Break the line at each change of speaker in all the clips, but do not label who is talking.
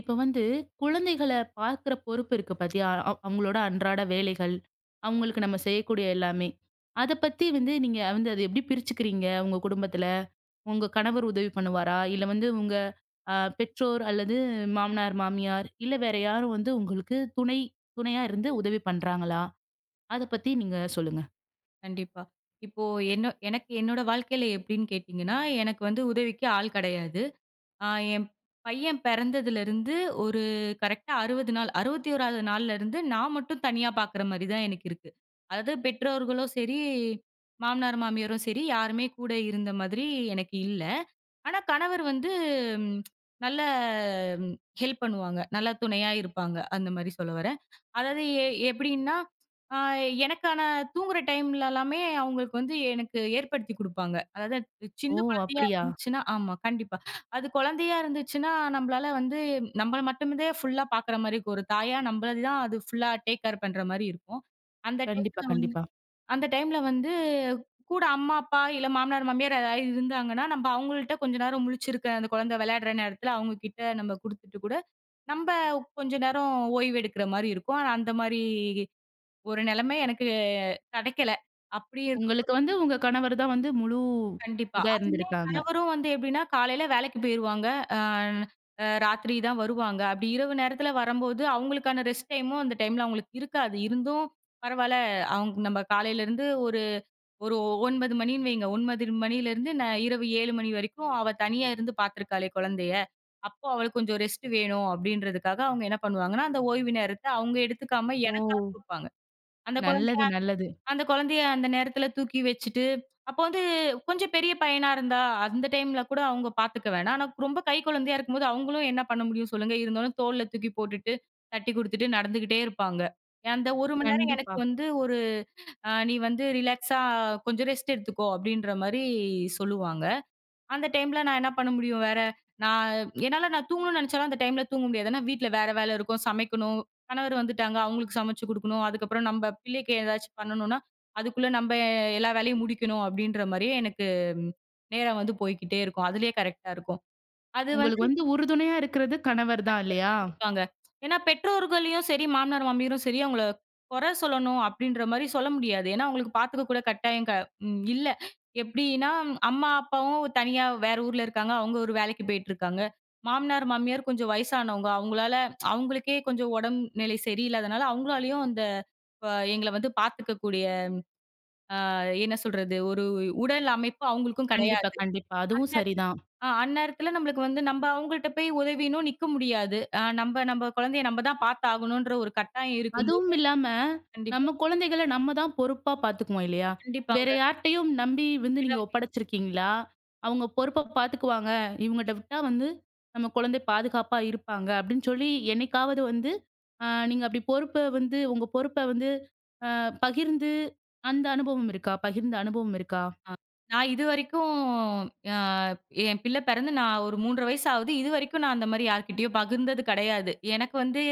இப்ப வந்து குழந்தைகள பார்க்குற பொறுப்பு இருக்கு பாத்தியா? அவங்களோட அன்றாட வேலைகள், அவங்களுக்கு நம்ம செய்யக்கூடிய எல்லாமே. அத பத்தி வந்து நீங்க வந்து அத எப்படி பிரிச்சுக்கிறீங்க? உங்க குடும்பத்துல? உங்க கணவர் உதவி பண்ணுவாரா? இல்ல வந்து உங்க அ பெற்றோர் அல்லது மாமனார், மாமியார் இல்ல வேற யாரும் வந்து உங்களுக்கு துணையா இருந்து உதவி பண்றாங்களா? அத பத்தி நீங்க சொல்லுங்க.
கண்டிப்பா. இப்போ எனக்கு என்னோட வாழ்க்கையில எப்படின்னு கேட்டீங்கன்னா, எனக்கு வந்து உதவிக்கு ஆள் கிடையாது. ஆ என் பையன் பிறந்ததுலருந்து ஒரு கரெக்ட்டா 60 நாள், 61வது நாள்லருந்து நான் மட்டும் தனியா பார்க்குற மாரி தான் எனக்கு இருக்கு. அதாவது பெற்றோர்களும் சரி, மாமனார், மாமியாரும் சரி யாருமே கூட இருந்த மாதிரி எனக்கு இல்ல. ஆனா கணவர் வந்து ம், நல்ல ம், ஹெல்ப் பண்ணுவாங்க. நல்லா துணையா இருப்பாங்க. அந்த மாரி சொல்ல வரேன். அதாவது எப்படின்னா, அ எனக்கான தூங்குற டைம்ல எல்லாமே அவங்களுக்கு வந்து எனக்கு ஏற்படுத்தி குடுப்பாங்க. அதாவது சின்ன
ஓ!
குழந்தையா
அப்படியா?
இருந்துச்சுன்னா ஆமா, கண்டிப்பா. அது குழந்தையா இருந்துச்சுன்னா, நம்பளால வந்து நம்பள மட்டுமே ஃபுல்லா பாக்குற மாரி இருக்கும். ஒரு தாயா நம்பள தான் அது ஃபுல்லா டேக் கேர் பண்ற மாரி இருக்கும். அந்த
கண்டிப்பா,
டைம்ல வந்து
கண்டிப்பா.
அந்த டைம்ல வந்து கூட அம்மா, அப்பா இல்ல மாமனார், மாமியார் யாராவது இருந்தாங்கன்னா, நம்ப அவங்கள்ட்ட கொஞ்ச நேரம் முழிச்சிருக்க அந்த குழந்தை விளையாடுற நேரத்துல அவங்க கிட்ட நம்ம குடுத்துட்டு கூட, நம்ப கொஞ்ச நேரம் ஓய்வு எடுக்கிற மாரி இருக்கும். ஆனா அந்த மாரி ஒரு நிலைமை எனக்கு கிடைக்கல. அப்படி இருக்கும்.
உங்களுக்கு வந்து உங்க கணவர் தான் வந்து முழு
கண்டிப்பா.
இதா
அதுவுமே
இருந்திருக்காங்க.
கணவரும் வந்து எப்படின்னா, காலையில வேலைக்கு போயிருவாங்க. அ அ ராத்திரி தான் வருவாங்க. அப்படி இரவு நேரத்துல வரம்போது, அவங்களுக்கான ரெஸ்ட் டைமும் அந்த டைம்ல அவங்களுக்கு இருக்காது. இருந்தும் பரவால்ல, அவங்க நம்ம காலையிலருந்து ஒரு ஒரு 9 மணின்னு வைங்க. 9 மணியிலருந்து இரவு 7 மணி வரைக்கும் அவ தனியா இருந்து பார்த்துருக்காளே குழந்தைய. அப்போ அவளுக்கு கொஞ்சம் ரெஸ்ட் வேணும் அப்டின்றதுக்காக அவங்க என்ன பண்ணுவாங்கன்னா, அந்த ஓய்வு நேரத்த அவங்க எடுத்துக்காம
ஓ!
எனக்கா குடுப்பாங்க. அந்த குழந்தைய
நல்லது, நல்லது.
அந்த குழந்தைய அந்த நேரத்துல தூக்கி வச்சுட்டு, அப்போ வந்து கொஞ்சம் பெரிய பையனா இருந்தா, அந்த டைம்ல கூட அவங்க பார்த்துக்க வேணாம். ஆனா ரொம்ப கை குழந்தையா இருக்கும்போது அவங்களும் என்ன பண்ண முடியும் சொல்லுங்க? இருந்தாலும் தோள்ல தூக்கி போட்டுட்டு, தட்டி குடுத்துட்டு நடந்துகிட்டே இருப்பாங்க. அந்த 1 மணி நேரம் எனக்கு
கண்டிப்பா.
வந்து ஒரு "நீ வந்து ரிலாக்ஸா கொஞ்சம் ரெஸ்ட் எடுத்துக்கோ" அப்படின்ற மாரி சொல்லுவாங்க. அந்த டைம்ல நான் என்ன பண்ண முடியும் வேற? நான் என்னால நான் தூங்கணும்னு நெனச்சாலும் அந்த டைம்ல தூங்க முடியாது. ஏன்னா வீட்ல வேற வேலை இருக்கும், சமைக்கணும், கணவர் வந்துட்டாங்க, அவங்களுக்கு சமைச்சு குடுக்கணும். அதுக்கப்புறம் நம்ப பிள்ளைக்கு ஏதாச்சும் பண்ணணும்னா, அதுக்குள்ள நம்ப எல்லா வேலையும் முடிக்கணும் அப்படின்ற மாரியே எனக்கு ம், நேரம் வந்து போய்க்கிட்டே இருக்கும். அதுலயே கரெக்ட்டா இருக்கும். அது
உங்களுக்கு வந்து உறுதுணையா இருக்கிறது கணவர் தான் இல்லையா?
கண்டிப்பாங்க. ஏன்னா பெற்றோர்களையும் சரி, மாமனார், மாமியாரும் சரி அவங்கள குறை சொல்லணும் அப்படின்ற மாரி சொல்ல முடியாது. ஏன்னா அவங்களுக்கு பார்த்துக்க கூட கட்டாயம் க ம் இல்ல. எப்படின்னா அம்மா, அப்பாவும் தனியா வேற ஊர்ல இருக்காங்க. அவங்க ஒரு வேலைக்கு போயிட்டுருக்காங்க. மாமனார், மாமியார் கொஞ்சம் வயசானவங்க. அவங்களால அவங்களுக்கே கொஞ்சம் உடம்பு நிலை சரியில்லாதனால, அவங்களாலயும் அந்த எங்கள வந்து பார்த்துக்கக்கூடிய, அ என்ன சொல்றது? ஒரு உடல் அமைப்பு அவங்களுக்கும்
கண்டிப்பா,
கிடையாது.
கண்டிப்பா. அதுவும்
அந்த
சரிதான்.
அந்நேரத்துல நம்மளுக்கு வந்து நம்ப அவங்கள்ட்ட போய் உதவின்னும் நிக்க முடியாது. நம்ப நம்ப குழந்தைய நம்ப தான் பார்த்தாகணுன்ற ஒரு கட்டாயம் இருக்கும்போது
அதுவும் இல்லாம,
கண்டிப்பா,
நம்ம குழந்தைகள நம்ம தான் பொறுப்பா பார்த்துக்குவோம் இல்லையா? வேற
கண்டிப்பாங்க.
யார்ட்டயும் நம்பி வந்து
விட
நீங்க
முடியாது.
ஒப்படைச்சிருக்கீங்களா? அவங்க பொறுப்பா பார்த்துக்குவாங்க. இவங்கட்ட விட்டா வந்து நம்ம குழந்தை பாதுகாப்பா இருப்பாங்க. அப்படின்னு சொல்லி என்னைக்காவது வந்து நீங்க அப்படி பொறுப்ப வந்து உங்க பொறுப்ப வந்து அ பகிர்ந்து அந்த அனுபவம் இருக்கா? பகிர்ந்த அனுபவம் இருக்கா?
ஆ. நான் இதுவரைக்கும் அ என் பிள்ளை பிறந்து நான் ஒரு 3 1/2 வயசு ஆகுது. இதுவரைக்கும் நான் அந்த மாரி யார்கிட்டயும் பகிர்ந்தது கிடையாது. எனக்கு வந்து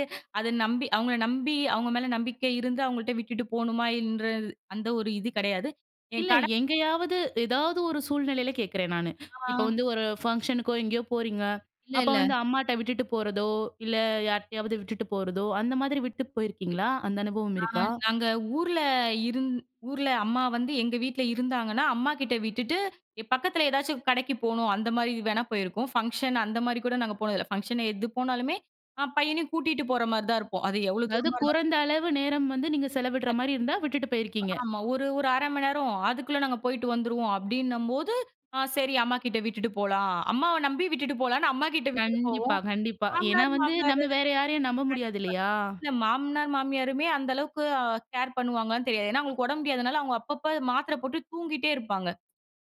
அத நம்பி அவங்கள நம்பி அவங்க மேல நம்பிக்கை இருந்து அவங்கள்ட்ட விட்டுட்டு போணுமான்றது அந்த ஒரு இது கிடையாது. என்
இல்ல
கண
எங்கேயாவது ஏதாவது ஒரு சூழ்நிலையில கேட்கிறேன் நானு.
ஆ
இப்ப வந்து ஒரு ஃபங்ஷனுக்கோ எங்கேயோ போறீங்க.
இல்ல,
அப்ப
இல்ல.
வந்து அம்மாட்ட விட்டுட்டு போறதோ, இல்ல யார்ட்டயாவது விட்டுட்டு போறதோ, அந்த மாதிரி விட்டு போயிருக்கீங்களா? அந்த அனுபவம் இருக்கா?
நாங்க ஊர்ல இருந் ஊர்ல அம்மா வந்து எங்க வீட்ல இருந்தாங்கன்னா, அம்மாகிட்ட விட்டுட்டு, பக்கத்துல ஏதாச்சும் கடைக்கு போணும். அந்த மாரி வேணா போயிருக்கோம். ஃபங்ஷன் அந்த மாரி கூட நாங்க போனதில்ல. ஃபங்ஷன் எது போனாலுமே, பையனையும் கூட்டிட்டு போற மாரி தான் இருப்போம். அது எவ்ளோ
அதாவது
தூரமா
குறைந்த அளவு நேரம் வந்து நீங்க செலவிடுற மாரி இருந்தா விட்டுட்டு போயிருக்கீங்க.
ஆமா. ஒரு ஒரு 1/2 மணி நேரம். அதுக்குள்ள நாங்க போயிட்டு வந்துருவோம் அப்டின்னும்போது, சரி அம்மாகிட்ட விட்டுட்டு போலாம். அம்மாவ நம்பி விட்டுட்டு போலான்னு அம்மாகிட்ட விட்டுட்டு போவோம்.
கண்டிப்பா, கண்டிப்பா. ஏன்னா
மாமனார்,
வந்து
மாமியார்
நம்ம வேற யாரையும் நம்ப முடியாது இல்லையா?
இல்ல மாமனார், மாமியாருமே அந்த அளவுக்கு கேர் பண்ணுவாங்களான்னு தெரியாது. ஏன்னா அவங்களுக்கு உடம்பு முடியாதனால, அவங்க அப்பப்ப மாத்திரை போட்டு தூங்கிட்டே இருப்பாங்க.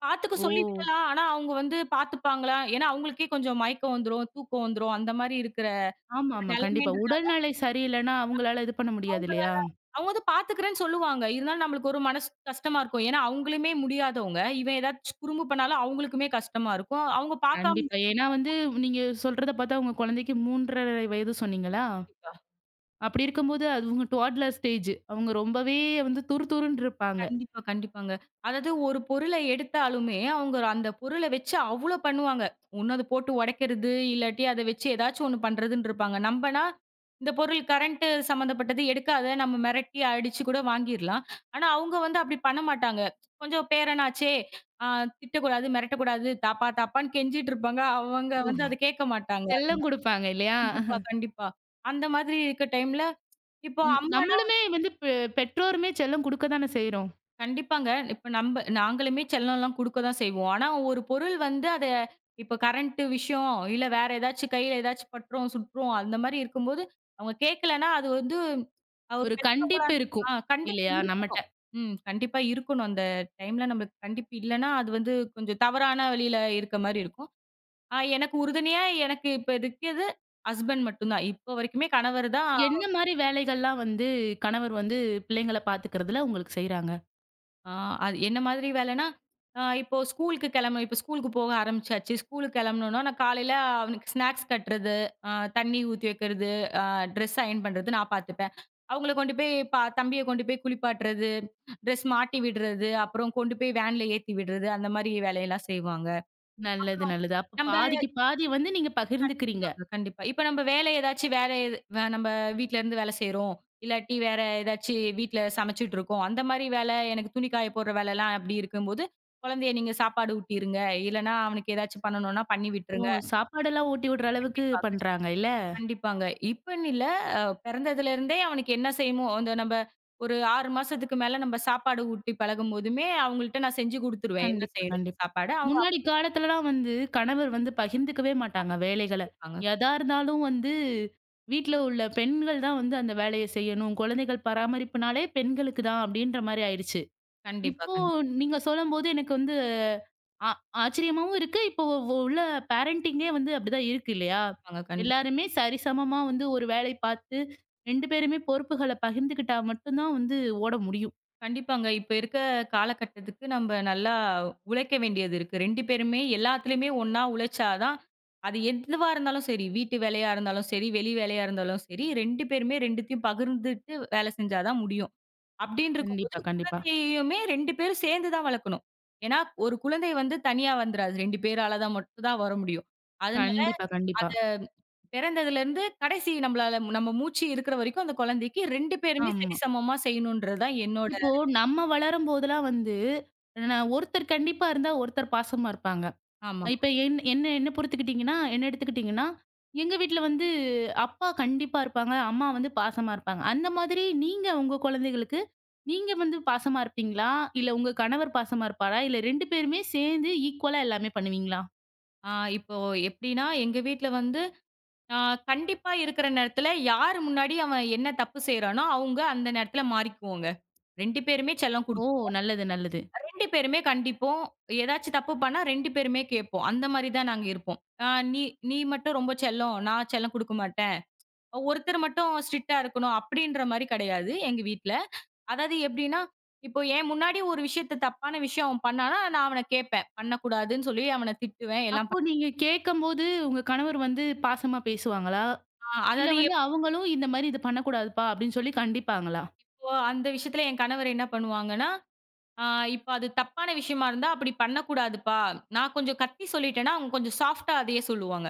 பாத்துக்க சொல்லி
ஓ!
விடலாம். ஆனா, அவங்க வந்து பாத்துப்பாங்களா? ஏன்னா, அவங்களுக்கே கொஞ்சம் மயக்கம் வந்துரும், தூக்கம் வந்துரும். அந்த மாரி இருக்கிற ஒரு
ஆமாமா. கண்டிப்பா.
நிலைமைன்றது.
உடல்நிலை சரியில்லன்னா அவங்களால இது பண்ண முடியாது
அவங்க
இல்லையா?
அவங்க வந்து பாத்துக்கிறேன்னு சொல்லுவாங்க. இருந்தாலும் நம்மளுக்கு ஒரு மனசு கஷ்டமா இருக்கும். ஏன்னா, அவங்களுமே முடியாதவங்க. இவன் ஏதாச்சும் குறும்பு பண்ணாலும் அவங்களுக்குமே கஷ்டமா இருக்கும். அவங்க பாக்காம
கண்டிப்பா. ஏன்னா வந்து நீங்க சொல்றத பார்த்தா உங்க குழந்தைக்கு 3 1/2 வயது சொன்னீங்களா? அப்படி இருக்கும்போது அதுவுங்க டுவாட்லர் ஸ்டேஜ். அவங்க ரொம்பவே வந்து துருதுருன்னு இருப்பாங்க.
கண்டிப்பா, கண்டிப்பாங்க. அதாவது ஒரு பொருள எடுத்தாலுமே, அவங்க அந்த பொருள வச்சு அவ்ளோ பண்ணுவாங்க. ஒண்ணு அத போட்டு உடைக்கிறது, இல்லாட்டி அத வச்சு ஏதாச்சும் ஒண்ணு பண்றதுன்னு இருப்பாங்க. நம்பனா, இந்த பொருள் கரண்ட் சம்மந்தப்பட்டது எடுக்காத, நம்ம மிரட்டி அடிச்சு கூட வாங்கிர்லாம். ஆனா, அவங்க வந்து அப்படி பண்ண மாட்டாங்க. கொஞ்சம் பேரனாச்சே, அ திட்டக்கூடாது, மிரட்டக்கூடாது, தாப்பா தாப்பான்னு கெஞ்சிட்டு இருப்பாங்க. அவங்க வந்து
ஓஹோ!
அத கேட்க மாட்டாங்க.
செல்லம் குடுப்பாங்க இல்லையா?
கண்டிப்பா, கண்டிப்பா. அந்த மாதிரி இருக்க டைம்ல, இப்போ
ம்
அம்மா
நம்மளுமே வந்து பெற்றோருமே செல்லம் குடுக்க தானே செய்றோம்.
கண்டிப்பாங்க. இப்ப நம்ப நாங்களுமே செல்லம்லாம் குடுக்க தான் செய்வோம். ஆனா ஒரு பொருள் வந்து அத இப்ப கரண்ட் விஷயம், இல்ல வேற ஏதாச்சும் கையில ஏதாச்சும் பட்டுரும், சுற்றும் அந்த மாரி இருக்கும்போது, அவங்க கேட்கலன்னா அது வந்து ஒரு
ஒரு
பெ-
கண்டிப்பு இருக்கும்
ஆ கண்டிப்பு
இல்லையா நம்மட்ட?
இருக்கணும். ம். கண்டிப்பா இருக்கணும். அந்த டைம்ல நம்மளுக்கு கண்டிப்பு இல்லன்னா, அது வந்து கொஞ்சம் தவறான வழியில இருக்க மாரி இருக்கும். எனக்கு உறுதுணையா இப்ப இருக்கிறது ஹஸ்பண்ட் மட்டும் தான். இப்ப வரைக்குமே கணவர் தான்.
என்ன மாரி வேலைகள்லாம் வந்து கணவர் வந்து பிள்ளைங்கள பாத்துக்கிறதுல உங்களுக்கு செய்றாங்க?
ஆ அது என்ன மாதிரி வேலைன்னா, இப்போ ஸ்கூலுக்கு போக ஆரம்பிச்சாச்சு. ஸ்கூலுக்கு கிளம்பணும்னா, நான் காலையில அவனுக்கு ஸ்நாக்ஸ் கட்டுறது, அ தண்ணி ஊத்தி வைக்கிறது, அ ட்ரெஸ் அயர்ன் பண்றது நான் பார்த்துப்பேன். அவங்கள கொண்டு போய் பா தம்பிய கொண்டு போய் குளிப்பாட்டுறது, ட்ரெஸ் மாட்டி விடுறது, அப்புறம் கொண்டு போய் வேன்ல ஏத்தி விடுறது, அந்த மாரி வேலையெல்லாம் செய்வாங்க.
நல்லது, நல்லது. அப்ப
நம்ம
பாதிக்கு பாதி வந்து நீங்க பகிர்ந்துக்கிறீங்க.
கண்டிப்பா. இப்ப நம்ம வேலை ஏதாச்சும் வேற எது வே நம்ம வீட்ல இருந்து வேலை செய்றோம். இல்லாட்டி வேற ஏதாச்சு வீட்ல சமைச்சுட்டு இருக்கோம். அந்த மாரி வேலை எனக்கு துணி காய போடுற வேலைலாம் அப்படி இருக்கும்போது, குழந்தைய நீங்க சாப்பாடு ஊட்டிருங்க. இல்லன்னா அவனுக்கு ஏதாச்சும் பண்ணணும்னா பண்ணி
ஓ!
விட்டுருங்க.
சாப்பாடெல்லாம் ஊட்டி விடுற அளவுக்கு
கண்டிப்பா, கண்டிப்பா.
பண்றாங்க இல்ல?
கண்டிப்பாங்க. இப்பன்னு இல்ல. அ பிறந்ததுல இருந்தே அவனுக்கு என்ன செய்யமோ, அந்த நம்ம ஒரு 6 மாசத்துக்கு மேல நம்ம சாப்பாடு ஊட்டி பழகும்போதுமே, அவங்கள்ட்ட நான் செஞ்சு குடுத்துருவேன். என்ன
கண்டிப்பா,
செய்யணுமோ
கண்டிப்பா.
சாப்பாடு. அவங்க
முன்னாடி காலத்துலலாம் வந்து கணவர் வந்து பகிர்ந்துக்கவே மாட்டாங்க
அப்படி
வேலைகள.
கேட்பாங்க.
எதா இருந்தாலும் வந்து வீட்ல உள்ள பெண்கள் தான் வந்து அந்த வேலைய செய்யணும். குழந்தைகள் பராமரிப்புனாலே பெண்களுக்கு தான் அப்படின்ற மாரி ஆயிடுச்சு.
கண்டிப்பா,
இப்போ
கண்டிப்பாங்க.
நீங்க சொல்லும்போது எனக்கு வந்து ஆ ஆச்சரியமாவும் இருக்கு. இப்போ உள்ள பேரண்டிங்கே வந்து அப்படிதான் இருக்கு இல்லையா?
கண்டிப்பா.
எல்லாருமே சரிசமமா வந்து ஒரு வேலை பார்த்து 2 பேருமே பொறுப்புகள பகிர்ந்துக்கிட்டா மட்டும் தான் வந்து ஓட முடியும்.
கண்டிப்பாங்க. இப்ப இருக்க காலகட்டத்துக்கு நம்ப நல்லா உழைக்க வேண்டியது இருக்கு. 2 பேருமே எல்லாத்துலயுமே ஒண்ணா உழைச்சா தான், அது எதுவா இருந்தாலும் சரி, வீட்டு வேலையா இருந்தாலும் சரி, வெளி வேலையா இருந்தாலும் சரி, 2 பேருமே 2த்தையும் பகிர்ந்துட்டு வேலை செஞ்சா தான் முடியும். அப்டின்னு இருக்கும்போது,
கண்டிப்பா, கண்டிப்பா.
குழந்தையையுமே 2 பேரும் சேர்ந்து தான் வளர்க்கணும். ஏன்னா, ஒரு குழந்தை வந்து தனியா வந்துராது. 2 பேரால தான் மட்டும் தான் வர முடியும். அதனால
கண்டிப்பா,
அத
கண்டிப்பா.
பிறந்ததுலருந்து கடைசி நம்பளால நம்ம மூச்சு இருக்கிற வரைக்கும் அந்த குழந்தைக்கு 2 பேருமே
ஆமா.
சரிசமமா செய்யணுன்றது தான் என்னோட
இப்போ நம்ம வளரும் போதெல்லாம் வந்து, ஒருத்தர் கண்டிப்பா இருந்தா, ஒருத்தர் பாசமா இருப்பாங்க.
ஆமா.
இப்ப என்ன என்ன பொறுத்துக்கிட்டீங்கன்னா, என்ன எடுத்துக்கிட்டீங்கன்னா, எங்க வீட்ல வந்து அப்பா கண்டிப்பா இருப்பாங்க. அம்மா வந்து பாசமா இருப்பாங்க. அந்த மாதிரி நீங்க உங்க குழந்தைகளுக்கு, நீங்க வந்து பாசமா இருப்பீங்களா? இல்ல உங்க கணவர் பாசமா இருப்பாரா? இல்ல 2 பேருமே சேர்ந்து ஈக்குவலா எல்லாமே பண்ணுவீங்களா?
ஆ இப்போ எப்படின்னா, எங்க வீட்ல வந்து ஆ கண்டிப்பா இருக்கிற நேரத்துல யார் முன்னாடி அவன் என்ன தப்பு செய்றானோ, அவங்க அந்த நேரத்துல மாறிக்குவோங்க. 2 பேருமே செல்லம்
ஓ!
குடுப்போம்.
நல்லது, நல்லது.
2 பேருமே கண்டிப்போம். ஏதாச்சும் தப்பு பண்ணா 2 பேருமே கேட்போம். அந்த மாரி தான் நாங்க இருப்போம். "நீ நீ மட்டும் ரொம்ப செல்லம். நான் செல்லம் குடுக்க மாட்டேன். ஒருத்தர் மட்டும் ஸ்ட்ரிக்ட்டா இருக்கணும்." அப்படின்ற மாரி கிடையாது எங்க வீட்ல. அதாவது எப்படின்னா, இப்போ என் முன்னாடி ஒரு விஷயத்த தப்பான விஷயம் அவன் பண்ணானா, நான் அவன கேட்பேன். பண்ணக்கூடாதுன்னு சொல்லி அவன திட்டுவேன். எல்லாம்
அப்போ
பண்ணுவேன்.
நீங்க கேட்கம்போது உங்க கணவர் வந்து பாசமா பேசுவாங்களா? இல்ல
அதாவது
வந்து அவங்களும் இந்த மாரி "இது பண்ணக்கூடாதுப்பா" அப்படின்னு சொல்லி கண்டிப்பாங்களா?
இப்போ அந்த விஷயத்துல என் கணவர் என்ன பண்ணுவாங்கன்னா, "ஆ இப்ப அது தப்பான விஷயமா இருந்தா அப்படி பண்ணக்கூடாதுப்பா. நான் கொஞ்சம் கத்தி சொல்லிட்டேன்னா, அவங்க கொஞ்சம் சாஃப்ட்டா அதையே சொல்லுவாங்க.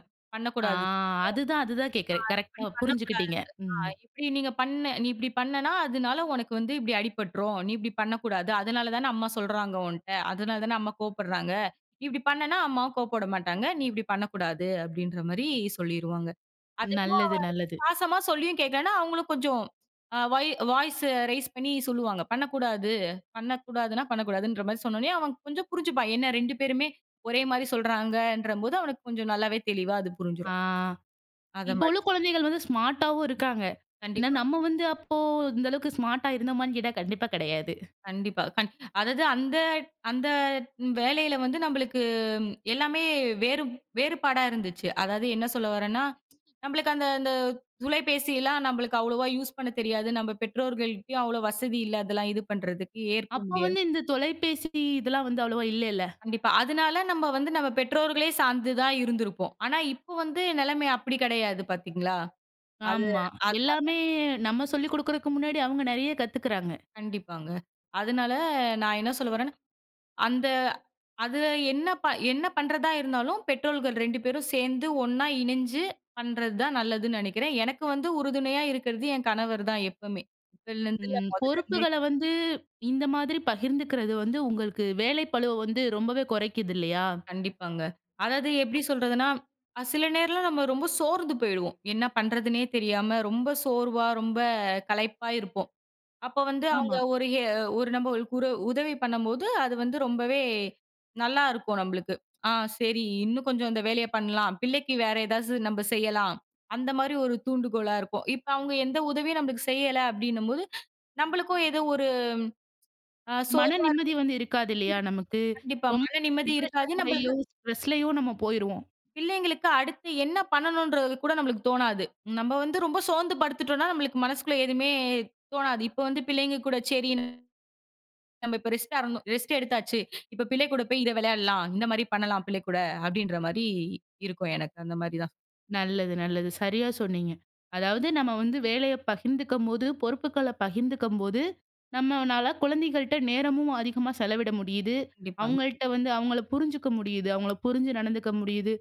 ஆ,
பண்ணக்கூடாது.
அதுதான், அதுதான் கேட்கிறேன்.
இப்படி
கரெக்ட்டா
பண்ணக்கூடாது.
புரிஞ்சுக்கிட்டீங்க. ம்.
இப்படி நீங்க பண்ண நீ இப்படி பண்ணனா, அதனால உனக்கு வந்து இப்படி அடிபட்டுரும். நீ இப்படி பண்ணக்கூடாது. அதனால தானே அம்மா சொல்றாங்க உன்ட்ட. அதனால தானே அம்மா கோவப்படுறாங்க. நீ இப்படி பண்ணனா அம்மாவும் கோவப்பட மாட்டாங்க. நீ இப்படி பண்ணக்கூடாது." அப்படின்ற மாரி சொல்லிருவாங்க. அது
நல்லது, நல்லது.
பாசமா சொல்லியும் கேட்கலன்னா, அவங்களும் கொஞ்சம் அ வாய் வாய்ஸ் ரெய்ஸ் பண்ணி சொல்லுவாங்க. பண்ணக்கூடாது, பண்ணக்கூடாதுன்னா பண்ணக்கூடாதுன்ற மாரி சொன்னோனே, அவன் கொஞ்சம் புரிஞ்சுப்பான். ஏன்னா 2 பேருமே ஒரே மாரி சொல்றாங்கன்றபோது, அவனுக்கு கொஞ்சம் நல்லாவே தெளிவா அது
ஆ,
புரிஞ்சிரும். அத
இப்போ
மாரி.
உள்ள குழந்தைகள் வந்து ஸ்மார்ட்டாவும் இருக்காங்க. ஏன்னா
கண்டிப்பா,
நம்ம வந்து அப்போ இந்த அளவுக்கு ஸ்மார்ட்டா இருந்தோமான்னு கேட்டா கண்டிப்பா கிடையாது.
கண்டிப்பா. அதாவது அந்த அந்த வேலையில வந்து நம்மளுக்கு எல்லாமே வேறு வேறுபாடா இருந்துச்சு. அதாவது என்ன சொல்ல வரேன்னா, நம்மளுக்கு அந்த அந்த தொலைபேசிலாம் நம்மளுக்கு அவ்வளவா யூஸ் பண்ண தெரியாது. நம்ம பெற்றோர்கள்ட்டயும் அவ்வளோ வசதி இல்ல, அதெல்லாம் இது பண்றதுக்கு, ஏற்க
அப்போ
முடியாது.
வந்து இந்த தொலைபேசி இதெல்லாம் வந்து அவ்வளவா இல்லல்ல.
கண்டிப்பா. அதனால நம்ம வந்து நம்ம பெற்றோர்களே சார்ந்து தான் இருந்திருப்போம். ஆனா, இப்போ வந்து நிலைமை அப்படி கிடையாது பார்த்தீங்களா? அது
ஆமா.
அது
எல்லாமே நம்ம சொல்லிக் குடுக்கறதுக்கு முன்னாடி அவங்க நெறைய கத்துக்கிறாங்க.
கண்டிப்பாங்க. அதனால நான் என்ன சொல்ல வரேன்னா, அந்த அது என்ன ப என்ன பண்றதா இருந்தாலும் பெற்றோர்கள் 2 பேரும் சேர்ந்து ஒண்ணா இணைஞ்சு பண்றது தான் நல்லதுன்னு நினைக்கிறேன். எனக்கு வந்து உறுதுணையா இருக்கிறது என் கணவர் தான் எப்பவுமே.
ம்
முதலருந்தே.
பொறுப்புகள வந்து இந்த மாதிரி பகிர்ந்துக்கிறது வந்து உங்களுக்கு வேலை பளுவ வந்து ரொம்பவே குறைக்குது இல்லையா?
கண்டிப்பாங்க. அதாவது எப்படி சொல்றதுன்னா, சில நேரம்லாம் நம்ம ரொம்ப சோர்ந்து போயிடுவோம். என்ன பண்றதுன்னே தெரியாம ரொம்ப சோர்வா, ரொம்ப களைப்பா இருப்போம். அப்ப வந்து அவங்க
ஆமா.
ஒரு நம்ம ஒரு குறு- உதவி பண்ணும்போது, அது வந்து ரொம்பவே நல்லா இருக்கும் நம்மளுக்கு. ஆ சரி இன்னும் கொஞ்சம் இந்த வேலைய பண்ணலாம். பிள்ளைக்கு வேற ஏதாச்சு நம்ம செய்யலாம். அந்த மாரி ஒரு தூண்டுகோலா இருக்கும். இப்ப அவங்க எந்த உதவியும் நம்மளுக்கு செய்யல அப்படின்னும்போது, நம்மளுக்கும் ஏதோ ஒரு அ சோர்
மன நிம்மதி வந்து இருக்காது இல்லையா நமக்கு?
கண்டிப்பா
ரொம்ப
மன நிம்மதி இருக்காது. நம்ம
டிப்ரஷன்லயோ, ஸ்ட்ரெஸ்லயோ நம்ம போயிருவோம்.
பிள்ளைங்களுக்கு அடுத்து என்ன பண்ணணும்ன்றது கூட நம்மளுக்கு தோணாது. நம்ம வந்து ரொம்ப சோர்ந்து படுத்துட்டோம்னா, நம்மளுக்கு மனசுக்குள்ள எதுவுமே தோணாது. இப்ப வந்து பிள்ளைங்க கூட சரி நம்ம இப்ப ரெஸ்ட்டா இருந்தோம். ரெஸ்ட் எடுத்தாச்சு. இப்ப பிள்ளை கூட போய் இத விளையாடலாம். இந்த மாரி பண்ணலாம் பிள்ளை கூட. அப்படின்ற மாரி இருக்கும் எனக்கு. அந்த மாரி தான்.
நல்லது, நல்லது. சரியா சொன்னீங்க. அதாவது நம்ம வந்து வேலைய பகிர்ந்துக்கும்போது, பொறுப்புகள பகிர்ந்துக்கும்போது, நம்மனால குழந்தைகள்ட்ட நேரமும் அதிகமா செலவிட முடியுது.
கண்டிப்பா.
அவங்கள்ட்ட வந்து அவங்கள புரிஞ்சுக்க முடியுது. அவங்கள புரிஞ்சு நடந்துக்க முடியுது.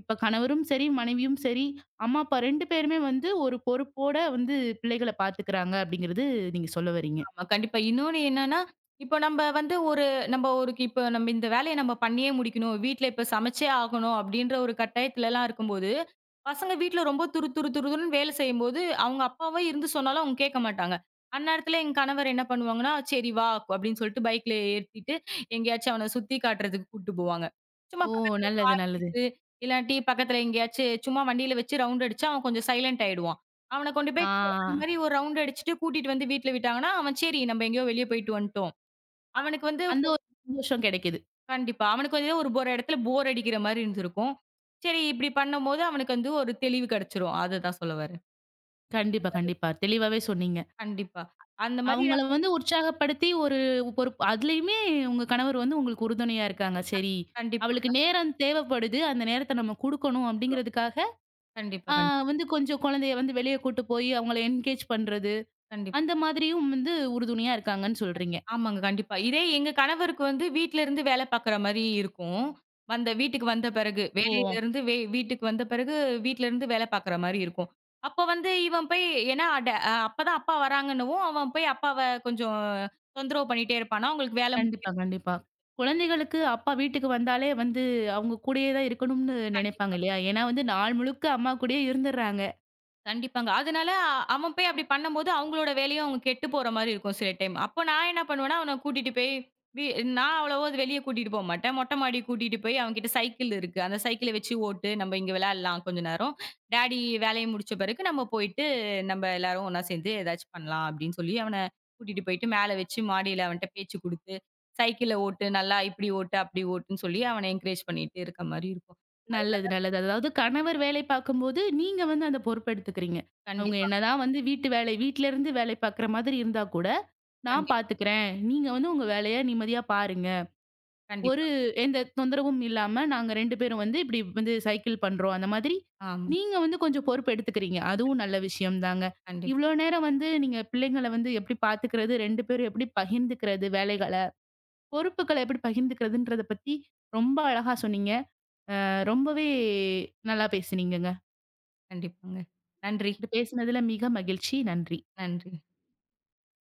இப்ப கணவரும் சரி, மனைவியும் சரி, அம்மா, அப்பா 2 பேருமே வந்து ஒரு பொறுப்போட வந்து பிள்ளைகள பாத்துக்கிறாங்க அப்படிங்கிறது நீங்க சொல்ல வர்றீங்க.
ஆமா. கண்டிப்பா. இன்னொன்னு என்னன்னா, இப்ப நம்ப வந்து ஒரு நம்ப ஒரு இப்ப நம்ம இந்த வேலைய நம்ம பண்ணியே முடிக்கணும். வீட்ல இப்ப சமைச்சே ஆகணும் அப்டின்ற ஒரு கட்டாயத்துலலாம் இருக்கும்போது, பசங்க வீட்ல ரொம்ப துரு துரு துருதுருன்னு வேலை செய்யும்போது, அவங்க அப்பாவே இருந்து சொன்னாலும் அவங்க கேட்க மாட்டாங்க. அந்நேரத்துல என் கணவர் என்ன பண்ணுவாங்கன்னா, "சரி வா" அப்டின்னு சொல்லிட்டு பைக்ல ஏத்திட்டு எங்கேயாச்சும் அவன சுத்தி காட்டுறதுக்கு கூட்டு போவாங்க. சும்மா
ஓ!
பக்கத்து
நல்லது, நல்லது.
இது இல்லாட்டி பக்கத்துல எங்கேயாச்சு சும்மா வண்டியில வச்சு ரவுண்ட் அடிச்சா, அவன் கொஞ்சம் சைலன்ட் ஆயிடுவான். அவன கொண்டு
ஆ.
போய் அந்த மாரி ஒரு ரவுண்ட் அடிச்சுட்டு கூட்டிட்டு வந்து வீட்ல விட்டாங்கன்னா, அவன் சரி நம்ம எங்கேயோ வெளிய போயிட்டு வந்துட்டோம். அவனுக்கு வந்து
அந்த ஒரு சந்தோஷம் கிடைக்குது.
கண்டிப்பா. அவனுக்கு வந்து ஒரு ஒரு இடத்துல போர் அடிக்கிற மாரி இருந்திருக்கும். சரி இப்படி பண்ணும்போது அவனுக்கு வந்து ஒரு தெளிவு கிடைச்சிரும். அததான் சொல்ல வரேன். அந்த
கண்டிப்பா,
மாரி
கண்டிப்பா. தெளிவாவே சொன்னீங்க.
கண்டிப்பா. அந்த மாரி
அவங்கள
நம்ம
வந்து உற்சாகப்படுத்தி ஒரு ஒரு அதுலயுமே உங்க கணவர் வந்து உங்களுக்கு உறுதுணையா இருக்காங்க.
ஒரு-
சரி,
கண்டிப்பாங்க.
அவளுக்கு நேரம் தேவைப்படுது. அந்த நேரத்த நம்ம குடுக்கணும்
குடுக்கலாம்.
அப்படிங்கிறதுக்காக,
கண்டிப்பா,
ஆ,
கண்டிப்பா,
வந்து கொஞ்சம் குழந்தைய வந்து வெளிய கூட்டு போய் அவங்கள என்கேஜ் பண்றது,
கண்டிப்பா.
அந்த மாதிரியும் வந்து உறுதுணையா இருக்காங்கன்னு சொல்றீங்க.
ஆமாங்க. கண்டிப்பா. இதே எங்க கணவருக்கு வந்து வீட்ல இருந்து வேல பாக்குற மாரி இருக்கும். வந்த வீட்டுக்கு வந்த பிறகு,
ஓ!
வேலையிலிருந்து வே வீட்டுக்கு வந்த பிறகு, வீட்ல இருந்து வேல பாக்குற மாரி இருக்கும். அப்ப வந்து இவன் போய் ஏன்னா அட அ அப்பதான் அப்பா வராங்கன்னவும், அவன் போய் அப்பாவ கொஞ்சம் தொந்தரவு பண்ணிட்டே இருப்பானா, அவங்களுக்கு வேல
கண்டிப்பா, கண்டிப்பா. குழந்தைகளுக்கு அப்பா வீட்டுக்கு வந்தாலே வந்து அவங்க கூடயே தான் இருக்கணும்னு நினைப்பாங்க
முடிக்கிறதுக்கு
இல்லையா? ஏன்னா வந்து நாள் முழுக்க அம்மா கூடயே இருந்துடுறாங்க.
கண்டிப்பாங்க. அதனால அவன் போய் அப்படி பண்ணும்போது, அவங்களோட வேலையும் அவங்க கெட்டு போற மாரி இருக்கும் சில டைம். அப்போ நான் என்ன பண்ணுவேன்னா, அவன கூட்டிட்டு போய் வி நான் அவ்வளவோ அது வெளிய கூட்டிட்டு போமாட்டேன். மொட்டை மாடி கூட்டிட்டு போய் அவன்கிட்ட சைக்கிள் இருக்கு. அந்த சைக்கிள வச்சு ஓட்டு, நம்ம இங்க விளையாடலாம் கொஞ்ச நேரம். டாடி வேலைய முடிச்ச பிறகு நம்ம போயிட்டு, நம்ம எல்லாரும் ஒண்ணா சேர்ந்து ஏதாச்சும் பண்ணலாம் அப்படின்னு சொல்லி, அவன கூட்டிட்டு போயிட்டு மேல வச்சு மாடியில அவன்ட்ட பேச்சு குடுத்து, சைக்கிள ஓட்டு, நல்லா இப்படி ஓட்டு, அப்படி ஓட்டுன்னு சொல்லி அவன என்கரேஜ் பண்ணிட்டு இருக்க மாரி இருக்கும். அதெல்லாம்
நல்லது, நல்லது. அதாவது கணவர் வேலை பார்க்கும்போது, நீங்க வந்து அந்த பொறுப்பு எடுத்துக்கிறீங்க. அவங்க
கண்டிப்பாங்க.
என்னதான் வந்து வீட்டு வேலை வீட்லருந்து வேலை பார்க்குற மாதிரி இருந்தா கூட, நான்
கண்டிப்பா,
பார்த்துக்கிறேன். நீங்க வந்து உங்க வேலைய நிம்மதியா பாருங்க. ஒரு
கண்டிப்பா.
எந்த தொந்தரவும் இல்லாம நாங்க 2 பேரும் வந்து இப்டி வந்து சைக்கிள் பண்றோம். அந்த மாதிரி
ஆமா.
நீங்க வந்து கொஞ்சம் பொறுப்பு எடுத்துக்கிறீங்க. அதுவும் நல்ல விஷயம் தாங்க.
கண்டிப்பா.
இவ்ளோ நேரம் வந்து நீங்க பிள்ளைங்கள வந்து எப்டி பார்த்துக்கிறது, 2 பேரும் எப்டி பகிர்ந்துக்கிறது வேலைகள, பொறுப்புகள எப்டி பகிர்ந்துக்கிறதுன்றத பத்தி ரொம்ப அழகா சொன்னீங்க. ரொம்பவே நல்லா பேசுனீங்கங்க.
கண்டிப்பாங்க. நன்றி,
உங்கட்ட பேசினதுல மிக மகிழ்ச்சி. நன்றி.
நன்றி.